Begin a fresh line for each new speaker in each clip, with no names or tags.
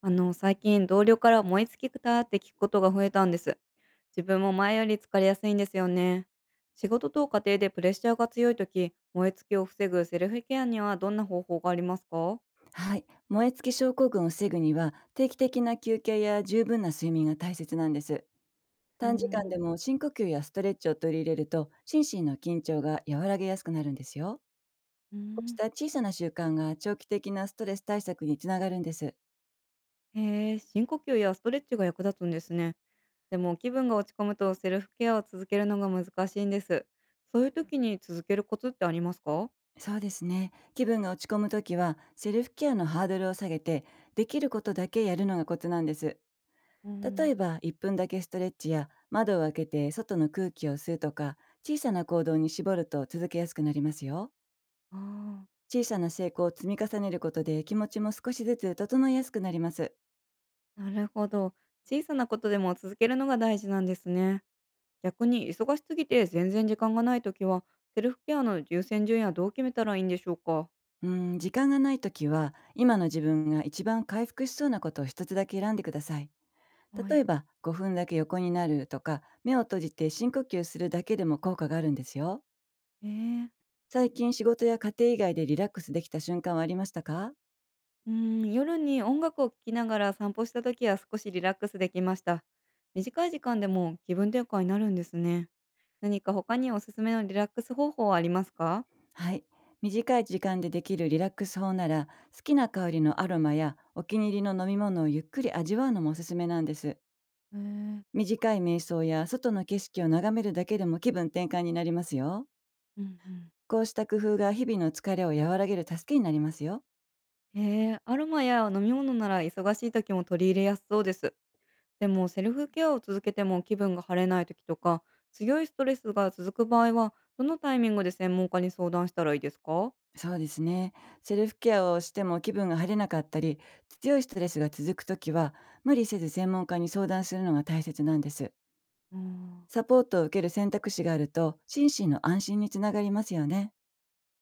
最近同僚から燃え尽きたって聞くことが増えたんです。自分も前より疲れやすいんですよね。仕事と家庭でプレッシャーが強いとき、燃え尽きを防ぐセルフケアにはどんな方法がありますか？
はい。燃え尽き症候群を防ぐには、定期的な休憩や十分な睡眠が大切なんです。
うー
短時間で
ん。
も深呼吸やストレッチを取り入れると、心身の緊張が和らげやすくなるんですよ。
うー
こうし
ん。
た小さな習慣が長期的なストレス対策につながるんです。
へえ、深呼吸やストレッチが役立つんですね。でも気分が落ち込むとセルフケアを続けるのが難しいんです。そういう時に続けるコツってありますか？
そうですね。気分が落ち込むときは、セルフケアのハードルを下げて、できることだけやるのがコツなんです。
う
例
ん。
えば、1分だけストレッチや、窓を開けて外の空気を吸うとか、小さな行動に絞ると続けやすくなりますよ。
あ
小さな成功を積み重ねることで気持ちも少しずつ整いやすくなります。
あ、なるほど。小さなことでも続けるのが大事なんですね。逆に忙しすぎて全然時間がないときは、セルフケアの優先順位はどう決めたらいいんでしょうか？
うん、時間がないときは、今の自分が一番回復しそうなことを一つだけ選んでください。
は
例
い。
えば、5分だけ横になるとか、目を閉じて深呼吸するだけでも効果があるんですよ。
えー、
最近仕事や家庭以外でリラックスできた瞬間はありましたか？
うん、夜に音楽を聴きながら散歩した時は少しリラックスできました。短い時間でも気分転換になるんですね。何か他におすすめのリラックス方法はありますか？
はい。短い時間でできるリラックス法なら、好きな香りのアロマやお気に入りの飲み物をゆっくり味わうのもおすすめなんです。
えー、
短い瞑想や外の景色を眺めるだけでも気分転換になりますよ。
うんうん。
こうした工夫が日々の疲れを和らげる助けになりますよ。
アロマや飲み物なら忙しい時も取り入れやすそうです。でもセルフケアを続けても気分が晴れない時とか強いストレスが続く場合はどのタイミングで専門家に相談したらいいですか？
そうですね。セルフケアをしても気分が晴れなかったり、強いストレスが続くときは、無理せず専門家に相談するのが大切なんです。
あん。
サポートを受ける選択肢があると、心身の安心につながりますよね。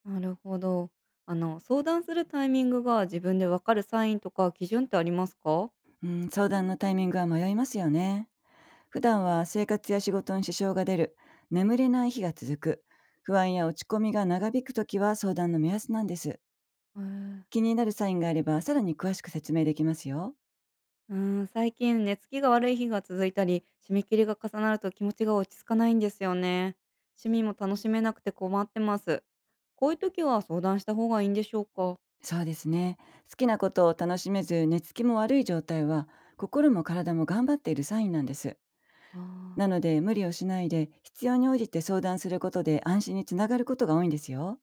なるほど。相談するタイミングが自分でわかるサインとか基準ってありますか？
うん、相談のタイミングは迷いますよね。普段は生活や仕事に支障が出る、眠れない日が続く、不安や落ち込みが長引くときは相談の目安なんです。
えー
気になるサインがあればさらに詳しく説明できますよ。
最近寝つきが悪い日が続いたり締め切りが重なると気持ちが落ち着かないんですよね。趣味も楽しめなくて困ってます。こういう時は相談した方がいいんでしょうか？
そうですね。好きなことを楽しめず寝つきも悪い状態は、心も体も頑張っているサインなんです。
あ
な
ー
ので、無理をしないで必要に応じて相談することで安心につながることが多いんですよ。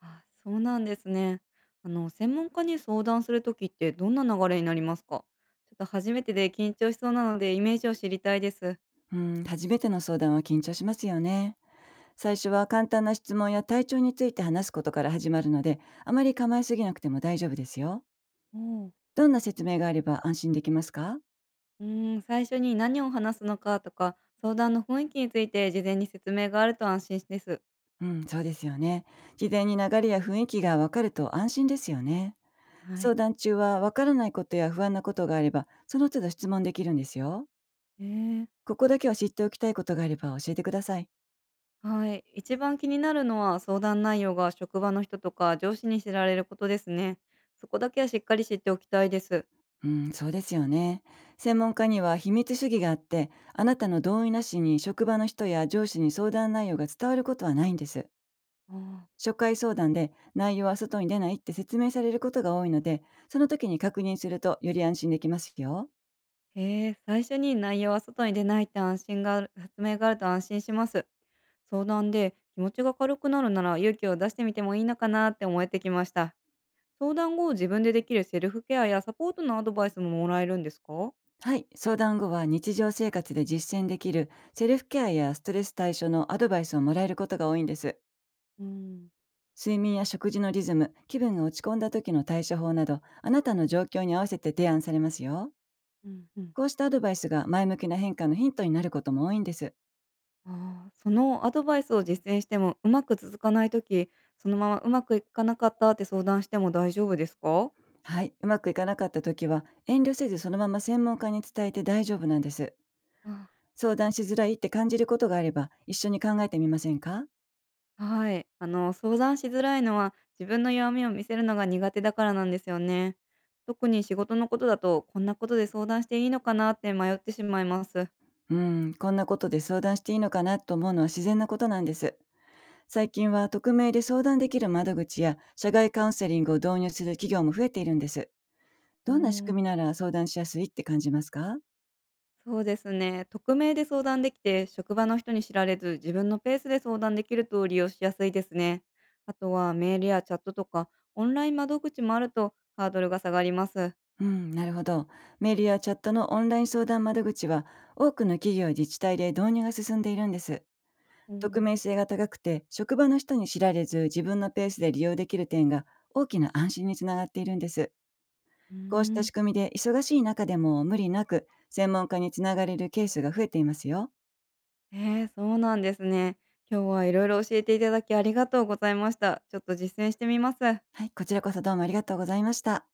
あ、そうなんですね。専門家に相談するときってどんな流れになりますか？ちょっと初めてで緊張しそうなのでイメージを知りたいです。
うん、初めての相談は緊張しますよね。最初は簡単な質問や体調について話すことから始まるので、あまり構えすぎなくても大丈夫ですよ。
おう。
どんな説明があれば安心できますか？
最初に何を話すのかとか、相談の雰囲気について事前に説明があると安心です。
うん、そうですよね。事前に流れや雰囲気がわかると安心ですよね。
は
相
い。
談中はわからないことや不安なことがあれば、その都度質問できるんですよ。
えー、
ここだけは知っておきたいことがあれば教えてください。
はい。一番気になるのは相談内容が職場の人とか上司に知られることですね。そこだけはしっかり知っておきたいです。
うん、そうですよね。専門家には秘密主義があって、あなたの同意なしに職場の人や上司に相談内容が伝わることはないんです。
あー。
初回相談で内容は外に出ないって説明されることが多いので、その時に確認するとより安心できますよ。
へえ、最初に内容は外に出ないって安心がある発明があると安心します。相談で気持ちが軽くなるなら勇気を出してみてもいいのかなって思えてきました。相談後、自分でできるセルフケアやサポートのアドバイスももらえるんですか？
はい、相談後は日常生活で実践できるセルフケアやストレス対処のアドバイスをもらえることが多いんです。
うん、
睡眠や食事のリズム、気分が落ち込んだ時の対処法など、あなたの状況に合わせて提案されますよ。
うん、うん。
こうしたアドバイスが前向きな変化のヒントになることも多いんです。
ああ、そのアドバイスを実践してもうまく続かないとき、そのままうまくいかなかったって相談しても大丈夫ですか？
はい、うまくいかなかった時は遠慮せずそのまま専門家に伝えて大丈夫なんです。
あ。
相談しづらいって感じることがあれば、一緒に考えてみませんか？
はい。相談しづらいのは自分の弱みを見せるのが苦手だからなんですよね。特に仕事のことだと、こんなことで相談していいのかなって迷ってしまいます。
うん、こんなことで相談していいのかなと思うのは自然なことなんです。最近は匿名で相談できる窓口や社外カウンセリングを導入する企業も増えているんです。
う
どんな仕
ん、
組みなら相談しやすいって感じますか？
そうですね。匿名で相談できて、職場の人に知られず、自分のペースで相談できると利用しやすいですね。あとはメールやチャットとか、オンライン窓口もあるとハードルが下がります。
うん、なるほど。メールやチャットのオンライン相談窓口は、多くの企業や自治体で導入が進んでいるんです。
う
匿
ん。
名性が高くて職場の人に知られず自分のペースで利用できる点が、大きな安心につながっているんです。
うー
こうした
ん
仕組みで忙しい中でも無理なく専門家につながれるケースが増えていますよ。
そうなんですね。今日は色々教えていただきありがとうございました。ちょっと実践してみます。
はい、こちらこそどうもありがとうございました。